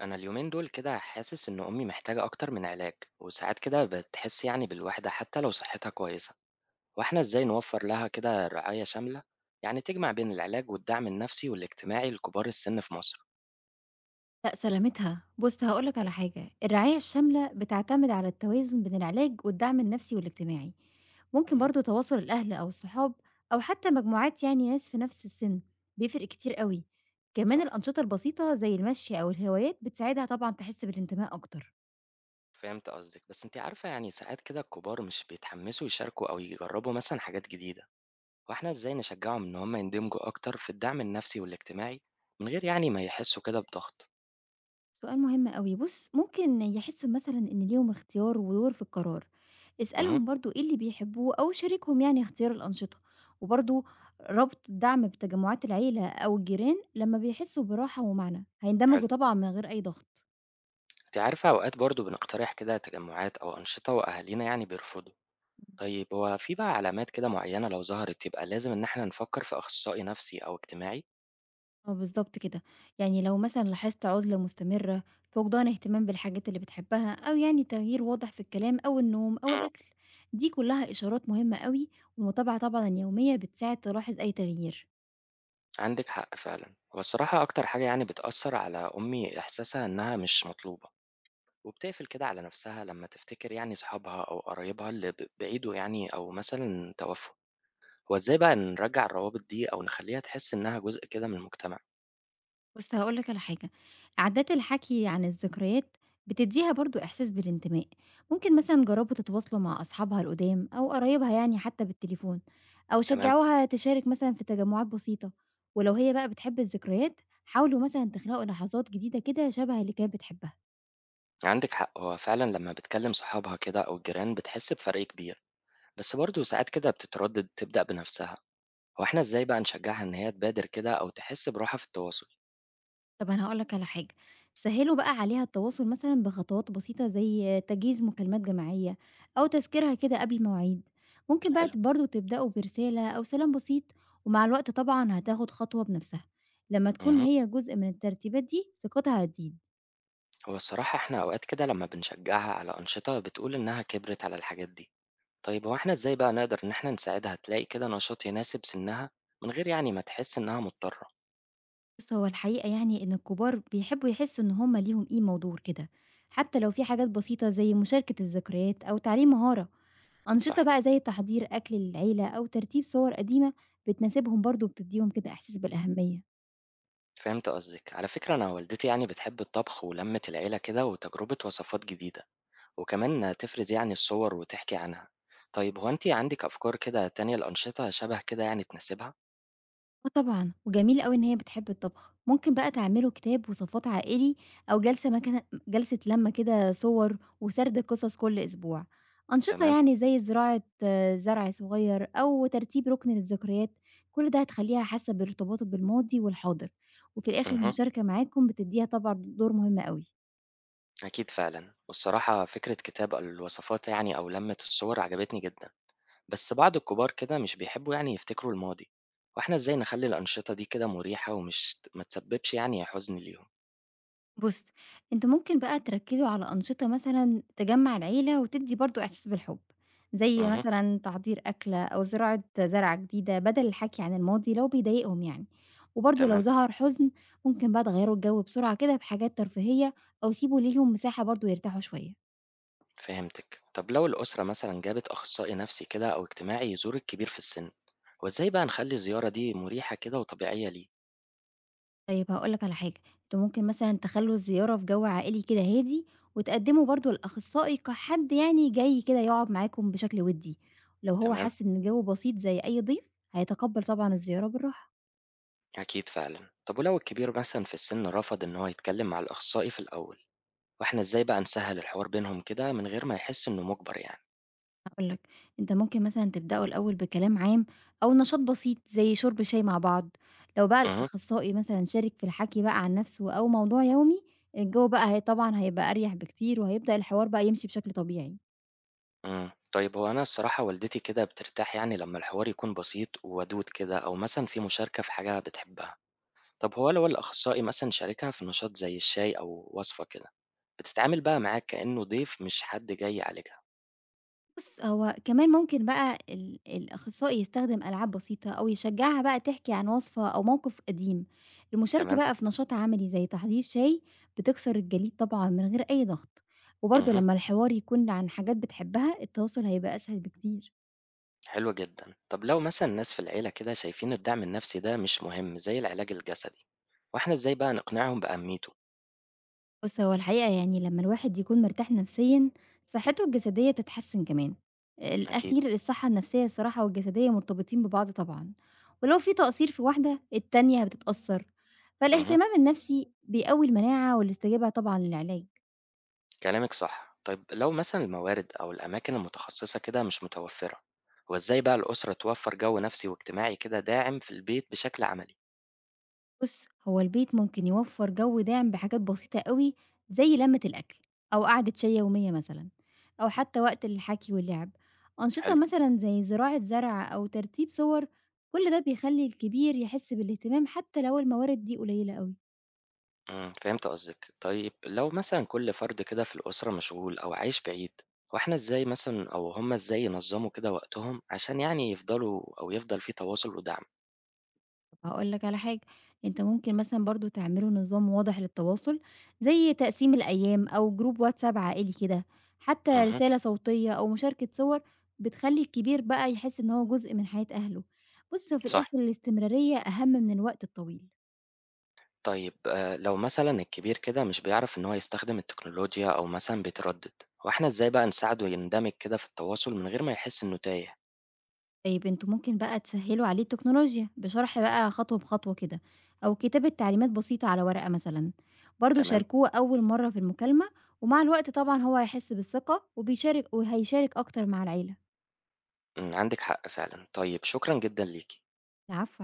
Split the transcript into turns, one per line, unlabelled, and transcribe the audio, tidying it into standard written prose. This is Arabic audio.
أنا اليومين دول كده حاسس إن أمي محتاجة أكتر من علاج، وساعات كده بتحس يعني بالوحدة حتى لو صحتها كويسة. وإحنا إزاي نوفر لها كده رعاية شاملة يعني تجمع بين العلاج والدعم النفسي والاجتماعي لكبار السن في مصر؟
لأ، سلامتها. بُص، هاقول لك على حاجة، الرعاية الشاملة بتعتمد على التوازن بين العلاج والدعم النفسي والاجتماعي. ممكن
امم.
برضه تواصل الأهل أو الصحاب أو حتى مجموعات يعني ناس في نفس السِن، بيفرق كتير أوي. كمان
صح.
الأنشطة البسيطة زي المشي أو الهوايات بتساعدها طبعًا تحس بالانتماء أكتر.
فهمت قصدك، بس أنت عارفة يعني ساعات كده الكبار مش بيتحمسوا يشاركوا أو يجربوا مثلا حاجات جديدة، وإحنا إزاي نشجعهم إن هم يندمجوا أكتر في الدعم النفسي والاجتماعي من غير يعني ما يحسوا كده بضغط؟
سؤال مهم أوي، بُص ممكن يحسّوا مثلًا إن ليهم اختيار ودور في القرار،
امم.
اسألهم برضه إيه اللي بيحبوه أو شاركهم يعني اختيار الأنشطة، وبرضه ربط الدعم بتجمعات العيلة أو الجيران لمّا بيحسّوا براحة ومعنى،
حلو.
هيندمجوا طبعًا من غير أي ضغط.
أنتِ عارفة أوقات برضه بنقترح كده تجمُّعات أو أنشطة وأهالينا يعني بيرفضوا.
إمم.
طيب، هو في بقى علامات كده معيّنة لو ظهرت يبقى لازم إن إحنا نفكّر في أخصائي نفسي أو اجتماعي؟
آه بالضبط كده، يعني لو مثلًا لاحظت عُزلة مستمرة، فقدان اهتمام بالحاجات اللي بتحبها، أو يعني تغيير واضح في الكلام أو النوم أو
إمم.
الأكل، دي كلّها إشارات مهمة أوي، والمتابعة طبعًا يومية بتساعد تلاحظ أي تغيير.
عندِك حق فعلًا. هو الصراحة أكتر حاجة يعني بتأثّر على أمي إحساسها إنها مش مطلوبة، وبتقفل كده على نفسها لمّا تفتكر يعني صحابها أو قرايبها اللي بعيدوا يعني، أو مثلًا توفّوا. هو إزاي بقى نرجّع الروابط دي أو نخلّيها تحس إنها جزء كده من المجتمع؟
بُص هاقول لك على حاجة، عادات الحكي عن الذكريات بتدّيها برضه إحساس بالانتماء، ممكن مثلًا جرّبوا تتواصلوا مع أصحابها القدام أو قرايبها يعني حتى بالتليفون، أو
تمام؟
شجّعوها تشارك مثلًا في تجمعات بسيطة، ولو هي بقى بتحب الذكريات حاولوا مثلًا تخلقوا لحظات جديدة كده شبه اللي كانت بتحبها.
عندك حق، هو فعلا لما بتكلم صحابها كده أو الجيران بتحس بفرق كبير، بس برضه ساعات كده بتتردد تبدأ بنفسها. هو احنا ازاي بقى نشجعها إن هي تبادر كده أو تحس براحة في التواصل؟
طب أنا هاقول لك على حاجة، سهّلوا بقى عليها التواصل مثلًا بخطوات بسيطة زي تجهيز مكالمات جماعية أو تذكيرها كده قبل المواعيد، ممكن بقى
حلو.
برضه تبدأوا برسالة أو سلام بسيط ومع الوقت طبعًا هتاخد خطوة بنفسها، لمّا تكون
مه.
هي جزء من الترتيبات دي ثقتها هتزيد.
هو الصراحة احنا أوقات كده لما بنشجعها على أنشطة بتقول إنها كبرت على الحاجات دي. طيب هو احنا ازاي بقى نقدر إن احنا نساعدها تلاقي كده نشاط يناسب سنها من غير يعني ما تحس إنها مضطرة؟
بُص هو الحقيقة يعني إن الكبار بيحبّوا يحسّوا إن هم ليهم قيمة ودور كده، حتى لو في حاجات بسيطة زي مشاركة الذكريات أو تعليم مهارة. أنشطة
صح.
بقى زي تحضير أكل للعيلة أو ترتيب صور قديمة بتناسبهم برضه وبتديهم كده إحساس بالأهمية.
فهمت قصدك. على فكرة أنا والدتي يعني بتحب الطبخ ولمة العيلة كده وتجربة وصفات جديدة، وكمان تفرز يعني الصور وتحكي عنها. طيب هو أنتِ عندِك أفكار كده تانية لأنشطة شبه كده يعني تناسبها؟
آه طبعًا، وجميل أوي إن هي بتحب الطبخ، ممكن بقى تعملوا كتاب وصفات عائلي أو جلسة لمة كده صور وسرد قصص كل أسبوع. أنشطة
تمام،
يعني زي زراعة آه، زرع صغير أو ترتيب ركن للذكريات، كل ده هتخليها حاسة بارتباطه بالماضي والحاضر، وفي الآخر
اهم،
المشاركة معاكم بتديها طبعًا دور مهم أوي.
أكيد فعلًا. والصراحة فكرة كتاب الوصفات يعني أو لمة الصور عجبتني جدًا، بس بعض الكبار كده مش بيحبوا يعني يفتكروا الماضي، وإحنا إزاي نخلي الأنشطة دي كده مريحة ومش ما تسببش يعني حزن ليهم؟
بُص، أنتم ممكن بقى تركّزوا على أنشطة مثلًا تجمّع العيلة وتدّي برضه إحساس بالحب، زي
اهم،
مثلًا تحضير أكلة أو زراعة زرعة جديدة بدل الحكي عن الماضي لو بيضايقهم يعني، وبرضه لو
تمام،
ظهر حزن ممكن بقى تغيّروا الجو بسرعة كده بحاجات ترفيهية أو سيبوا ليهم مساحة برضه يرتاحوا شوية.
فهمتِك. طب لو الأسرة مثلًا جابت أخصائي نفسي كده أو اجتماعي يزور الكبير في السن، هو إزاي بقى نخلي الزيارة دي مريحة كده وطبيعية ليه؟
طيب هاقول لك على حاجة، أنتم ممكن مثلًا تخلّوا الزيارة في جو عائلي كده هادي، وتقدّموا برضه الأخصائي كحد يعني جاي كده يقعد معاكم بشكل ودّي، لو هو
تمام.
حَس إن الجو بسيط زي أي ضيف هيتقبّل طبعًا الزيارة بالراحة،
أكيد فعلا. طب ولو الكبير مثلا في السن رفض إن هو يتكلم مع الأخصائي في الأول، وإحنا إزاي بقى نسهل الحوار بينهم كده من غير ما يحس إنه مجبر يعني؟
هاقول لك أنت ممكن مثلًا تبدأوا الأول بكلام عام أو نشاط بسيط زي شرب شاي مع بعض، لو بقى
أها.
الأخصائي مثلًا شارك في الحكي بقى عن نفسه أو موضوع يومي، الجو بقى هي طبعًا هيبقى أريح بكتير وهيبدأ الحوار بقى يمشي بشكل طبيعي.
أمم. طيب هو أنا الصراحة والدتي كده بترتاح يعني لما الحوار يكون بسيط وودود كده، أو مثلا في مشاركة في حاجة بتحبها. طب هو لو الأخصائي مثلا شاركها في نشاط زي الشاي أو وصفة كده، بتتعامل بقى معاه كأنه ضيف مش حد جاي يعالجها.
بُص، هو كمان ممكن بقى الأخصائي يستخدم ألعاب بسيطة أو يشجّعها بقى تحكي عن وصفة أو موقف قديم، المشاركة
تمام.
بقى في نشاط عملي زي تحضير شاي بتكسر الجليد طبعًا من غير أي ضغط، وبرضه
أها.
لمّا الحوار يكون عن حاجات بتحبها التواصل هيبقى أسهل بكتير.
حلو جدًا. طب لو مثلًا ناس في العيلة كده شايفين الدعم النفسي ده مش مهم زي العلاج الجسدي، وإحنا إزاي بقى نقنعهم بأهميته؟
بُص، هو الحقيقة يعني لمّا الواحد يكون مرتاح نفسيًا، صحته الجسدية بتتحسن كمان.
أكيد.
الأخير الصحة النفسية الصراحة والجسدية مرتبطين ببعض طبعًا، ولو في تقصير في واحدة، التانية بتتأثر.
اهم.
فالاهتمام النفسي بيقوي المناعة والاستجابة طبعًا للعلاج.
كلامِك صح. طيب لو مثلًا الموارد أو الأماكن المتخصصة كده مش متوفرة، هو إزاي بقى الأسرة توفر جو نفسي واجتماعي كده داعم في البيت بشكل عملي؟
بُص، هو البيت ممكن يوفّر جو داعم بحاجات بسيطة أوي، زي لمّة الأكل أو قعدة شاي يومية مثلًا، أو حتى وقت الحكي واللعب. أنشطة
حلو.
مثلًا زي زراعة زرع أو ترتيب صور، كل ده بيخلّي الكبير يحس بالاهتمام حتى لو الموارد دي قليلة أوي.
فهمت قصدِك. طيب لو مثلًا كل فرد كده في الأسرة مشغول أو عايش بعيد، هو إحنا إزاي مثلًا أو هم إزاي ينظموا كده وقتهم عشان يعني يفضلوا أو يفضل في تواصل ودعم؟
طب هاقول لك على حاجة، أنت ممكن مثلًا برضه تعملوا نظام واضح للتواصل، زي تقسيم الأيام أو Group واتساب عائلي كده، حتى
اهم.
رسالة صوتية أو مشاركة صور بتخلّي الكبير بقى يحس إن هو جزء من حياة أهله. بُص، هو في
صح.
الآخر الاستمرارية أهم من الوقت الطويل.
طيب لو مثلًا الكبير كده مش بيعرف إن هو يستخدم التكنولوجيا أو مثلًا بيتردد، هو إحنا إزاي بقى نساعده يندمج كده في التواصل من غير ما يحس إنه تايه؟
طيب أنتم ممكن بقى تسهّلوا عليه التكنولوجيا بشرح بقى خطوة بخطوة كده، أو كتابة تعليمات بسيطة على ورقة مثلًا. برضه
تمام؟
شاركوه أول مرة في المكالمة، ومع الوقت طبعًا هو هيحس بالثقة وهيشارك أكتر مع العيلة.
عندِك حق فعلًا. طيب شكرًا جدًا ليكِ.
العفو على